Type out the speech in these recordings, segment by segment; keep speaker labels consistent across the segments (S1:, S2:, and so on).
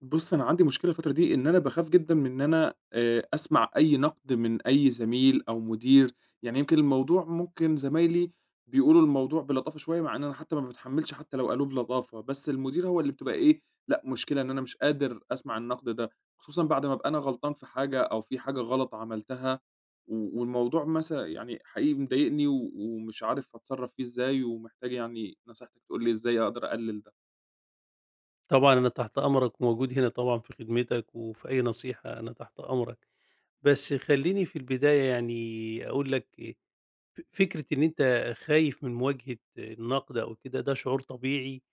S1: بُص، أنا عندي مشكلة الفترة دي إن أنا باخاف جدًا من إن أنا أسمع أي نقد من أي زميل أو مدير، يعني يمكن الموضوع ممكن زمايلي بيقولوا الموضوع بلطافة شوية، مع إن أنا حتى ما باتحمّلش حتى لو قالوه بلطافة، بس المدير هو اللي بتبقى إيه، لأ مشكلة إن أنا مش قادر أسمع النقد ده، خصوصًا بعد ما أبقى أنا غلطان في حاجة أو في حاجة غلط عملتها و والموضوع مثلًا يعني حقيقي مضايقني و ومش عارف أتصرّف فيه إزاي ومحتاج يعني نصيحتك تقول لي إزاي أقدر أقلل ده.
S2: طبعًا أنا تحت أمرك وموجود هنا طبعًا في خدمتك، وفي أي نصيحة أنا تحت أمرك، بس خلّيني في البداية يعني أقول لك إيه، فكرة إن أنت خايف من مواجهة النقد أو كده ده شعور طبيعي،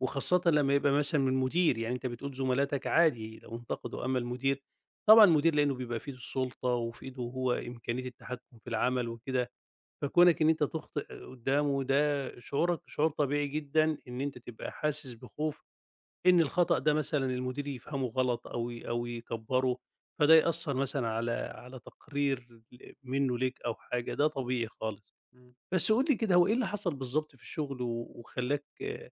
S2: وخاصةً لمّا يبقى مثلًا من مدير، يعني أنت بتقول زملاتك عادي لو انتقدوا، أمّا المدير طبعًا المدير لإنه بيبقى في إيده السلطة وفي إيده هو إمكانية التحكم في العمل وكده، فكونك إن أنت تخطئ قدّامه ده شعورك شعور طبيعي جدًا إن أنت تبقى حاسس بخوف إن الخطأ ده مثلًا المدير يفهمه غلط أو يكبّره، فده يأثّر مثلًا على تقرير منّه ليك أو حاجة، ده طبيعي خالص.
S1: إمم.
S2: بس قُل لي كده هو إيه اللي حصل بالضبط في الشغل وخلّاك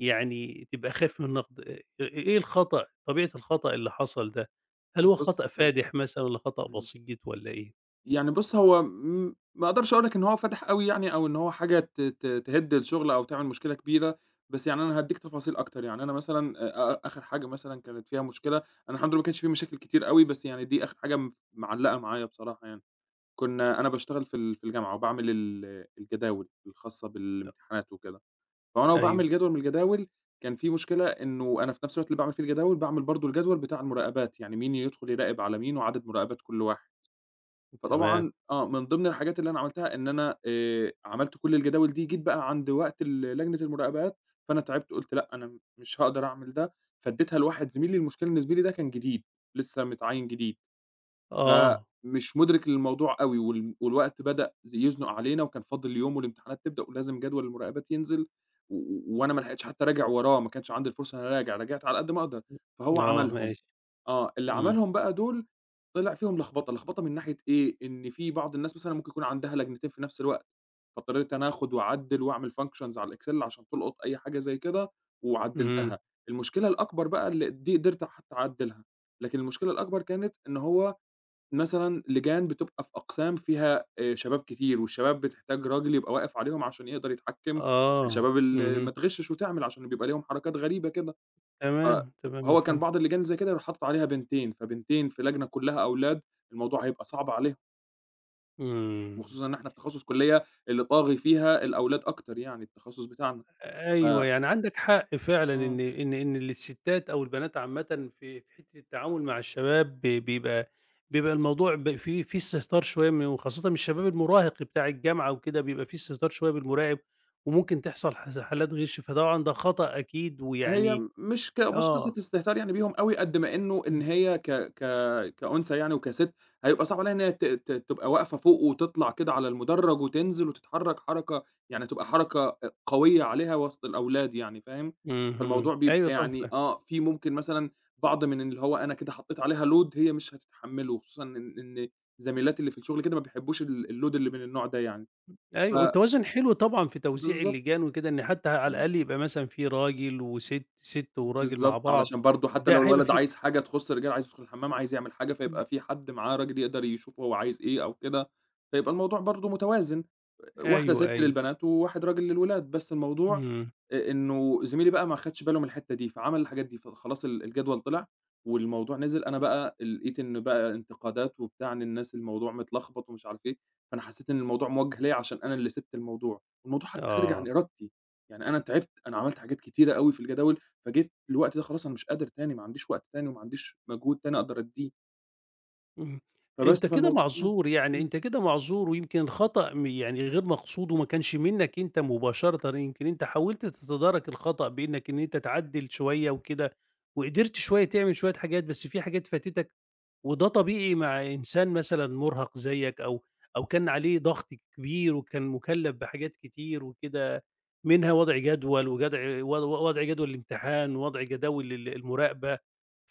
S2: يعني تبقى خايف من النقد؟ إيه الخطأ، طبيعة الخطأ اللي حصل ده؟ هل هو
S1: بُص
S2: خطأ
S1: آه،
S2: فادح مثلًا والّا خطأ
S1: إمم.
S2: بسيط والّا إيه؟
S1: يعني بُص، هو ما أقدرش أقول لك إن هو فَتَح أوي يعني أو إن هو حاجة ت ت تهِد الشغل أو تعمل مشكلة كبيرة، بس يعني أنا هادّيك تفاصيل أكتر، يعني أنا مثلًا أ أ آخر حاجة مثلًا كانت فيها مشكلة. أنا الحمد لله ما كانش في مشاكل كتير أوي، بس يعني دي آخر حاجة معلّقة معايا بصراحة يعني، كنا أنا باشتغل في الجامعة وباعمل الجداول الخاصة
S2: لأ،
S1: بالامتحانات وكده، فأنا
S2: أيوه،
S1: وباعمل جدول من الجداول. كان في مشكلة إنه أنا في نفس الوقت اللي باعمل فيه الجداول، باعمل برضه الجدول بتاع المراقبات، يعني مين يدخل يراقب على مين وعدد مراقبات كل واحد.
S2: تمام.
S1: فطبعًا من ضمن الحاجات اللي أنا عملتها إن أنا عملت كل الجداول دي، جيت بقى عند وقت لجنة المراقبات. فأنا تعبت قُلت لأ، أنا مش هاقدر أعمل ده، فاديتها لواحد زميلي، المشكلة إن زميلي ده كان جديد، لسه متعيّن جديد،
S2: آه.
S1: فمش مُدرك للموضوع أوي، والوقت بدأ يزنق علينا، وكان فاضل يوم والامتحانات تبدأ، ولازم جدول المراقبات ينزل، وأنا ما لحقتش حتى أراجع وراه، ما كانش عندي الفرصة إن أنا أراجع، راجعت على قد ما أقدر، فهو
S2: إمم، آه
S1: عملهم.
S2: ماشي.
S1: اللي
S2: إمم،
S1: عملهم بقى دول طلع فيهم لخبطة، لخبطة من ناحية إيه، إن في بعض الناس مثلًا ممكن يكون عندها لجنتين في نفس الوقت، فاضطريت أنا آخد وأعدِّل وأعمل functions على الExcel عشان تلقط أي حاجة زي كده
S2: إمم،
S1: وعدِّلتها. المشكلة الأكبر بقى اللي دي قدرت حتى أعدِّلها، لكن المشكلة الأكبر كانت إن هو مثلًا لجان بتبقى في أقسام فيها شباب كتير والشباب بتحتاج راجل يبقى واقف عليهم عشان يقدر يتحكم في
S2: آه،
S1: الشباب اللي
S2: اهم،
S1: ما تغشش وتعمل عشان بيبقى ليهم حركات غريبة كده.
S2: تمام، تمام
S1: فهو كان
S2: مُتفهِّم.
S1: بعض اللجان زي كده يروح حاطط عليها بنتين، فبنتين في لجنة كلّها أولاد، الموضوع هيبقى صعب عليهم،
S2: إمم.
S1: وخصوصًا إن إحنا في تخصص كلية اللي طاغي فيها الأولاد أكتر يعني التخصص بتاعنا. ف
S2: أيوه، يعني عندك حق فعلًا إن
S1: آه.
S2: إن إن الستات أو البنات عامةً في حتّة التعامل مع الشباب ب بيبقى بيبقى الموضوع ب في في استهتار شوية من وخاصةً من الشباب المراهق بتاع الجامعة وكده، بيبقى في استهتار شوية بالمراقب وممكن تحصل حالات غِش، فطبعًا ده خطأ أكيد
S1: هي
S2: ويعني
S1: مش قصة
S2: آه.
S1: استهتار يعني بيهم أوي، قد ما إنه إن
S2: إمم.
S1: هي ك ك كأنثى يعني وكسِت، هيبقى صعب عليها إن هي ت ت تبقى واقفة فوق وتطلع كده على المُدرّج وتنزل وتتحرّك حركة، يعني تبقى حركة قوية عليها وسط الأولاد يعني فاهم؟
S2: اهم.
S1: فالموضوع
S2: أيوه
S1: بيبقى
S2: طبعًا
S1: يعني
S2: فاهم.
S1: في ممكن مثلًا بعض من اللي هو أنا كده حطّيت عليها load هي مش هتتحمّله، خصوصًا إن زميلاتي اللي في الشُغل كده ما بيحبّوش الload اللي من النوع ده يعني. ف
S2: أيوه، والتوازن حلو طبعًا في توزيع
S1: بالضبط.
S2: اللجان وكده، إن حتّى على الأقل يبقى مثلًا في راجل وسِت، سِت وراجل مع
S1: بالضبط،
S2: بعض،
S1: علشان برضه حتى
S2: ده
S1: لو
S2: هيبقى
S1: الولد
S2: في
S1: عايز حاجة تخُص الرجالة، عايز يدخل الحمام، عايز يعمل حاجة،
S2: إمم.
S1: فيبقى في حد معاه راجل يقدر يشوف هو عايز إيه أو كده، فيبقى الموضوع برضه متوازن. واحدة
S2: أيوه،
S1: ست
S2: أيوه.
S1: للبنات وواحد راجل للولاد، بس الموضوع
S2: إمم،
S1: إنه زميلي بقى ما خدش باله من الحتّة دي، فعمل الحاجات دي، فخلاص الجدول طلع والموضوع نزل، أنا بقى لقيت إن بقى انتقادات وبتاع، إن الناس الموضوع متلخبط ومش عارف إيه، فأنا حسّيت إن الموضوع موجه ليّا عشان أنا اللي سِبت الموضوع، والموضوع حتّى خارج عن
S2: آه،
S1: إرادتي، يعني أنا تعبت، أنا عملت حاجات كتيرة أوي في الجداول، فجيت الوقت ده خلاص أنا مش قادر تاني، ما عنديش وقت تاني وما عنديش مجهود تاني أقدر أدّيه،
S2: إمم، أنت كده
S1: فالموضوع
S2: معذور، يعني
S1: إمم.
S2: أنت كده معذور ويمكن الخطأ يعني غير مقصود وما كانش منّك أنت مباشرةً، يمكن أنت حاولت تتدارك الخطأ بإنّك إن أنت تعدّل شوية وكده، وقدرت شوية تعمل شوية حاجات، بس في حاجات فاتتك وده طبيعي مع إنسان مثلًا مُرهَق زيّك أو كان عليه ضغط كبير وكان مُكلّف بحاجات كتير وكده، منها وضع جدول وجدع و وضع جدول الامتحان ووضع جداول المراقبة،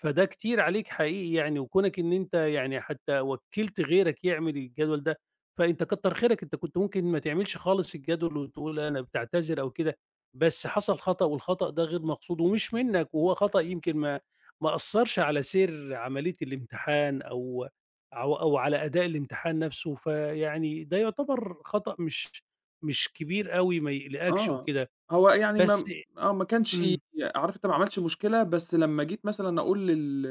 S2: فده كتير عليك حقيقي يعني، وكونك إن أنت يعني حتى وكّلت غيرك يعمل الجدول ده، فأنت كتّر خيرك، أنت كنت ممكن ما تعملش خالص الجدول وتقول أنا بتعتذر أو كده، بس حصل خطأ والخطأ ده غير مقصود ومش منّك وهو خطأ يمكن ما أثّرش على سير عملية الامتحان أو على أداء الامتحان نفسه، فيعني ده يُعتبر خطأ مش كبير أوي ما يقلقكش
S1: آه،
S2: وكده،
S1: هو يعني
S2: بس
S1: ما آه، ما كانش
S2: إمم،
S1: عارف. أنت ما عملش مشكلة، بس لمّا جيت مثلًا أقول لل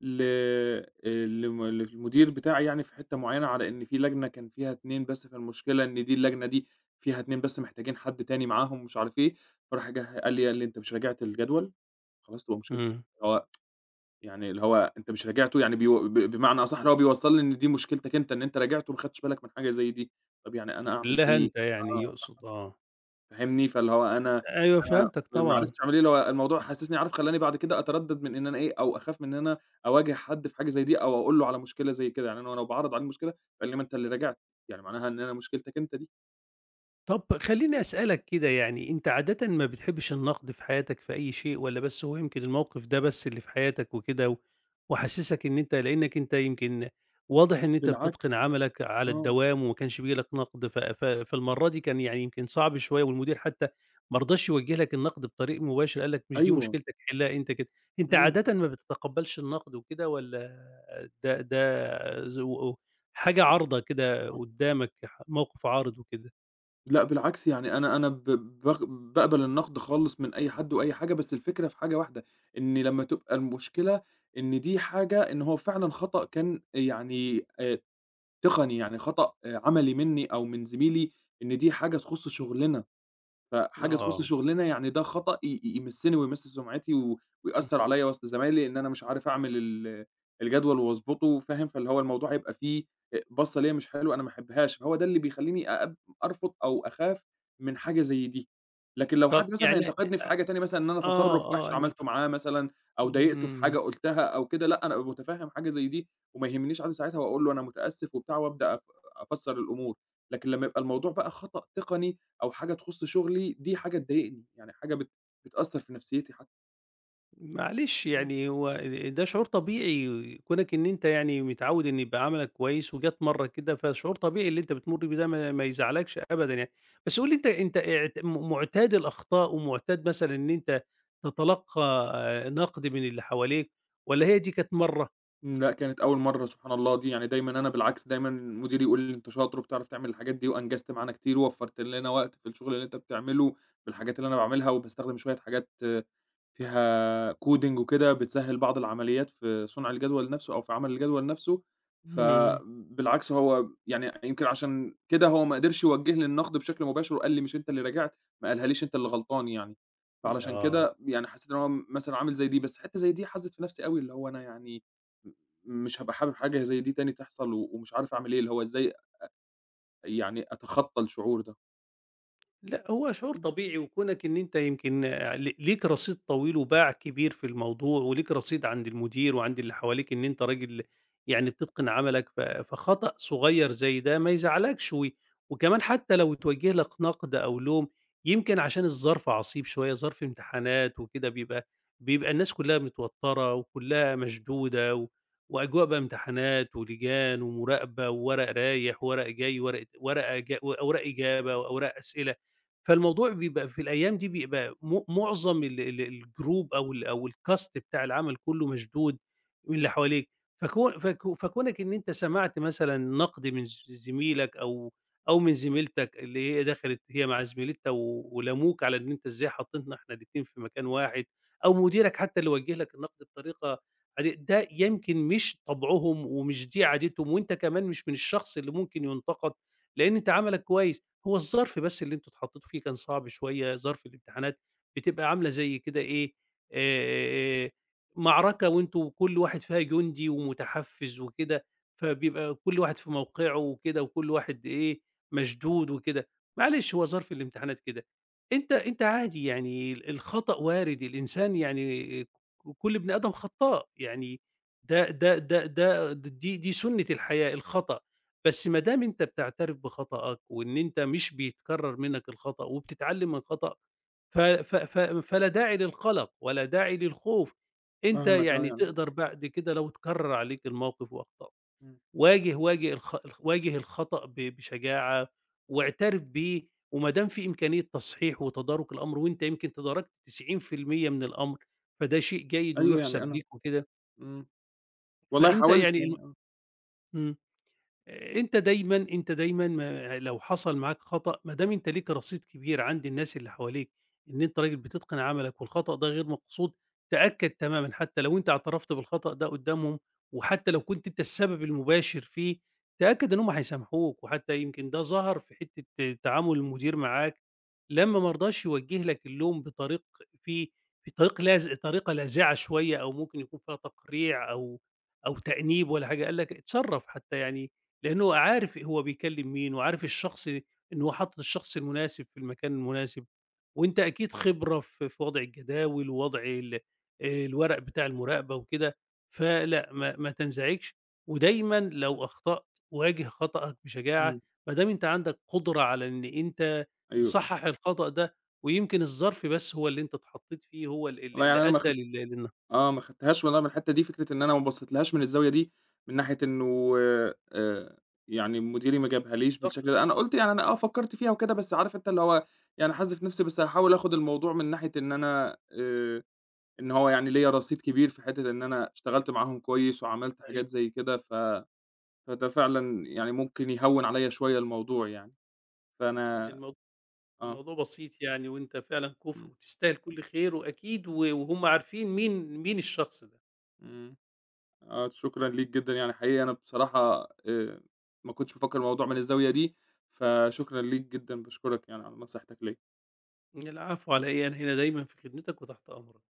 S1: ل لم للمدير بتاعي يعني في حتّة معيّنة على إن في لجنة كان فيها 2 بس، فالمشكلة إن دي اللجنة دي فيها 2 بس محتاجين حد تاني معاهم ومش عارف إيه، فراح جه قال لي: «أنت مش راجعت الجدول؟ خلاص تبقى مشكلتك.»
S2: إمم،
S1: هو يعني اللي هو أنت مش راجعته يعني بيو ب بمعنى أصح اللي هو بيوصّلني إن دي مشكلتك أنت، إن أنت راجعته وما خدتش بالك من حاجة زي دي، طَب يعني أنا أعمل
S2: حلّها
S1: إيه؟
S2: أنت يعني
S1: آه.
S2: يقصد آه،
S1: فاهمني؟ فاللي هو أنا
S2: أيوه
S1: أنا
S2: فهمتك
S1: ما
S2: طبعًا.
S1: عرفتش أعمل إيه، اللي هو الموضوع حسسني عارف خلّاني بعد كده أتردد من إن أنا إيه، أو أخاف من إن أنا أواجه حد في حاجة زي دي، أو أقول له على مشكلة زي كده، يعني أنا لو باعرّض عليه المشكلة، فقال لي: «ما أنت اللي راجعت، يعني معناها إن أنا مشكلتك أنت دي.»
S2: طب خلّيني أسألك كده يعني، أنت عادةً ما بتحبّش النقد في حياتك في أي شيء والّا بس هو يمكن الموقف ده بس اللي في حياتك وكده وحسّسك إن أنت لإنّك أنت يمكن واضح إن أنت بتتقن
S1: بالعكس،
S2: عملك على
S1: آه،
S2: الدوام وما كانش بييجي لك نقد ف ف
S1: إمم،
S2: فالمرّة دي كان يعني يمكن صعب شوية والمدير حتّى ما رضاش يوجّه لك النقد بطريق مباشر، قال لك مش دي
S1: أيوه،
S2: مشكلتك حلّها أنت كده. أنت
S1: إمم،
S2: عادةً ما بتتقبّلش النقد وكده والّا ده ده ز و و حاجة عارضة كده
S1: عندك آه،
S2: قُدّامك، موقف عارض وكده؟
S1: لأ بالعكس يعني أنا ب باغ باقبل النقد خالص من أي حد وأي حاجة، بس الفكرة في حاجة واحدة، إن لمّا تبقى المشكلة إن دي حاجة إن هو فعلًا خطأ كان يعني تقني، يعني خطأ عملي منّي أو من زميلي إن دي حاجة تخُص شُغلنا. فحاجة تخُص
S2: آه،
S1: شُغلنا يعني ده خطأ ي ي يمسّني ويمِس سُمعتي و
S2: إمم،
S1: ويأثّر عليّا وسط زمايلي إن أنا مش عارف أعمل الجدول واضبطه فاهم، فاللي هو الموضوع هيبقى فيه بَصّة ليّا مش حلوة أنا ما أحبهاش، فهو ده اللي بيخلّيني أرفض أو أخاف من حاجة زي دي، لكن لو حد
S2: طب
S1: مثلًا
S2: يعني
S1: هينتقدني في حاجة تاني مثلًا إن أنا
S2: آه،
S1: تصرُّف وِحِش
S2: آه، أنا
S1: عملته معاه مثلًا أو ضايقته في
S2: إمم،
S1: حاجة قُلتها أو كده، لأ أنا أبقى متفهّم حاجة زي دي وما يهمنيش أنا ساعتها وأقول له أنا متأسف وبتاع وأبدأ أفسّر الأمور، لكن لمّا يبقى الموضوع بقى خطأ تقني أو حاجة تخُص شُغلي، دي حاجة تضايقني، يعني حاجة بتأثّر في نفسيّتي حتّى.
S2: معلش
S1: إمم.
S2: يعني هو ده شعور طبيعي كونك إن أنت يعني متعوّد إن يبقى عملك كويس وجات مرّة كده، فشعور طبيعي اللي أنت بتمُر بيه ده ما يزعلكش أبدًا يعني، بس قُل لي أنت اعت م مُعتاد الأخطاء ومُعتاد مثلًا إن أنت تتلقّى نقد من اللي حواليك والّا هي دي كانت مرّة؟
S1: إمم، لأ، كانت أول مرّة سبحان الله دي، يعني دايمًا أنا بالعكس دايمًا مديري يقول لي: «أنت شاطر وبتعرف تعمل الحاجات دي وأنجزت معانا كتير ووفّرت لنا وقت في الشغل اللي أنت بتعمله بالحاجات اللي أنا باعملها وباستخدم شوية حاجات» فيها coding وكده بتسهّل بعض العمليات في صنع الجدول نَفْسه أو في عمل الجدول نَفْسه،
S2: إمم،
S1: فبالعكس هو يعني يمكن عشان كده هو ما قدرش يوجّه لي النقد بشكل مباشر وقال لي مش أنت اللي راجعت، ما قالهاليش أنت اللي غلطان يعني، فعلشان
S2: آه.
S1: كده يعني حسّيت إن هو مثلًا عامل زي دي، بس حتّة زي دي حَزِّت في نَفْسي أوي، اللي هو أنا يعني م مش هابقى حابب حاجة زي دي تاني تحصل و ومش عارف أعمل إيه، اللي هو إزاي يعني أتخطّى الشعور ده.
S2: لأ، هو شعور طبيعي وكونك إن أنت يمكن ل ليك رصيد طويل وباع كبير في الموضوع، وليك رصيد عند المدير وعند اللي حواليك إن أنت راجل يعني بتتقن عملك، فخطأ صغير زي ده ما يزعلكش، وكمان حتى لو اتوجه لك نقد أو لوم يمكن عشان الظرف عصيب شوية، ظرف امتحانات وكده بيبقى الناس كلها متوترة وكلها مشدودة، وأجواء بقى امتحانات ولجان ومراقبة وورق رايح وورق جاي، ورقة ورقة وأوراق إجابة وأوراق أسئلة. فالموضوع بيبقى في الأيام دي بيبقى مُعظم ال ال الجروب أو ال أو الcast بتاع العمل كُلّه مشدود من اللي حواليك، فكونك إن أنت سمعت مثلًا نقد من زميلك أو من زميلتك اللي هي دخلت هي مع زميلتها ولاموك على إن أنت إزاي حطيتنا إحنا الاتنين في مكان واحد، أو مديرك حتى اللي وجّه لك النقد بطريقة عادية، ده يمكن مش طبعهم ومش دي عادتهم، وأنت كمان مش من الشخص اللي ممكن يُنتقد، لإن أنت عملك كويس. هو الظرف بس اللي أنتم اتحطيتوا فيه كان صعب شوية، ظرف الامتحانات بتبقى عاملة زي كده إيه، آآ، معركة وأنتم كل واحد فيها جندي ومتحفّز وكده، فبيبقى كل واحد في موقعه وكده، وكل واحد إيه، مشدود وكده. معلش هو ظرف الامتحانات كده. أنت عادي يعني الخطأ وارد، الإنسان يعني كل بني آدم خطّاء، يعني ده ده ده ده د دي دي سُنّة الحياة، الخطأ. بس ما دام أنت بتعترف بخطأك وإن أنت مش بيتكرر منك الخطأ وبتتعلم من خطأ ف ف ف فلا داعي للقلق ولا داعي للخوف، أنت
S1: فاهمك آه،
S2: يعني
S1: يعني
S2: تقدر بعد كده لو اتكرر عليك الموقف وأخطأت،
S1: إمم.
S2: واجه واجه الخ واجه الخطأ بشجاعة واعترف بيه، وما دام في إمكانية تصحيح وتدارك الأمر وأنت يمكن تداركت 90% من الأمر، فده شيء جيد
S1: أيوه يعني
S2: ويُحسب
S1: أنا
S2: ليك وكده،
S1: إمم. والله
S2: فأنت
S1: حاولت
S2: يعني
S1: يعني
S2: إمم. أنت دايمًا ما لو حصل معاك خطأ ما دام أنت ليك رصيد كبير عند الناس اللي حواليك إن أنت راجل بتتقن عملك والخطأ ده غير مقصود، تأكد تمامًا حتى لو أنت اعترفت بالخطأ ده قدّامهم، وحتى لو كنت أنت السبب المباشر فيه، تأكد إن هم هيسامحوك، وحتى يمكن ده ظهر في حتة تعامل المدير معاك لمّا ما رضاش يوجه لك اللوم بطريق فيه في طريق لاز طريقة لاذعة شوية أو ممكن يكون فيها تقريع أو تأنيب ولا حاجة، قال لك اتصرف حتى يعني لأنه عارف هو بيكلّم مين، وعارف الشخص إن هو حاطط الشخص المناسب في المكان المناسب، وأنت أكيد خبرة في وضع الجداول ووضع ال الورق بتاع المراقبة وكده، فلأ ما تنزعجش، ودايمًا لو أخطأت واجه خطأك بشجاعة،
S1: إمم.
S2: ما دام أنت عندك قدرة على إن أنت
S1: أيوه، آه.
S2: تصحّح الخطأ ده، ويمكن الظرف بس هو اللي أنت اتحطيت فيه هو ال ال
S1: والله
S2: اللي
S1: يعني أنا ما
S2: أدّى
S1: خد
S2: لإن
S1: آه، ما خدتهاش والله من الحتّة دي، فكرة إن أنا ما بصيتلهاش من الزاوية دي، من ناحية إنه آآ، يعني مديري ما جابهاليش
S2: الظرف
S1: بالشكل ده، أنا قُلت يعني أنا فكّرت فيها وكده، بس عارف أنت اللي هو يعني حازف نفسي، بس هاحاول آخُد الموضوع من ناحية إن أنا إن هو يعني ليّا رصيد كبير في حتّة إن أنا اشتغلت معاهم كويس وعملت حاجات
S2: أيوه.
S1: زي كده، فده فعلًا يعني ممكن يهوّن عليّا شوية الموضوع يعني، فأنا
S2: الموضوع
S1: آه،
S2: الموضوع بسيط يعني وأنت فعلًا كُفء
S1: إمم،
S2: وتستاهل كل خير وأكيد وهُم عارفين مين الشخص ده.
S1: إمم. آه، شكرًا ليك جدًا، يعني حقيقي أنا بصراحة ما كنتش مفكّر الموضوع من الزاوية دي، فشكرًا ليك جدًا، باشكرك يعني على نصيحتك ليّا.
S2: العفو على إيه، أنا هنا دايمًا في خدمتك وتحت أمرك.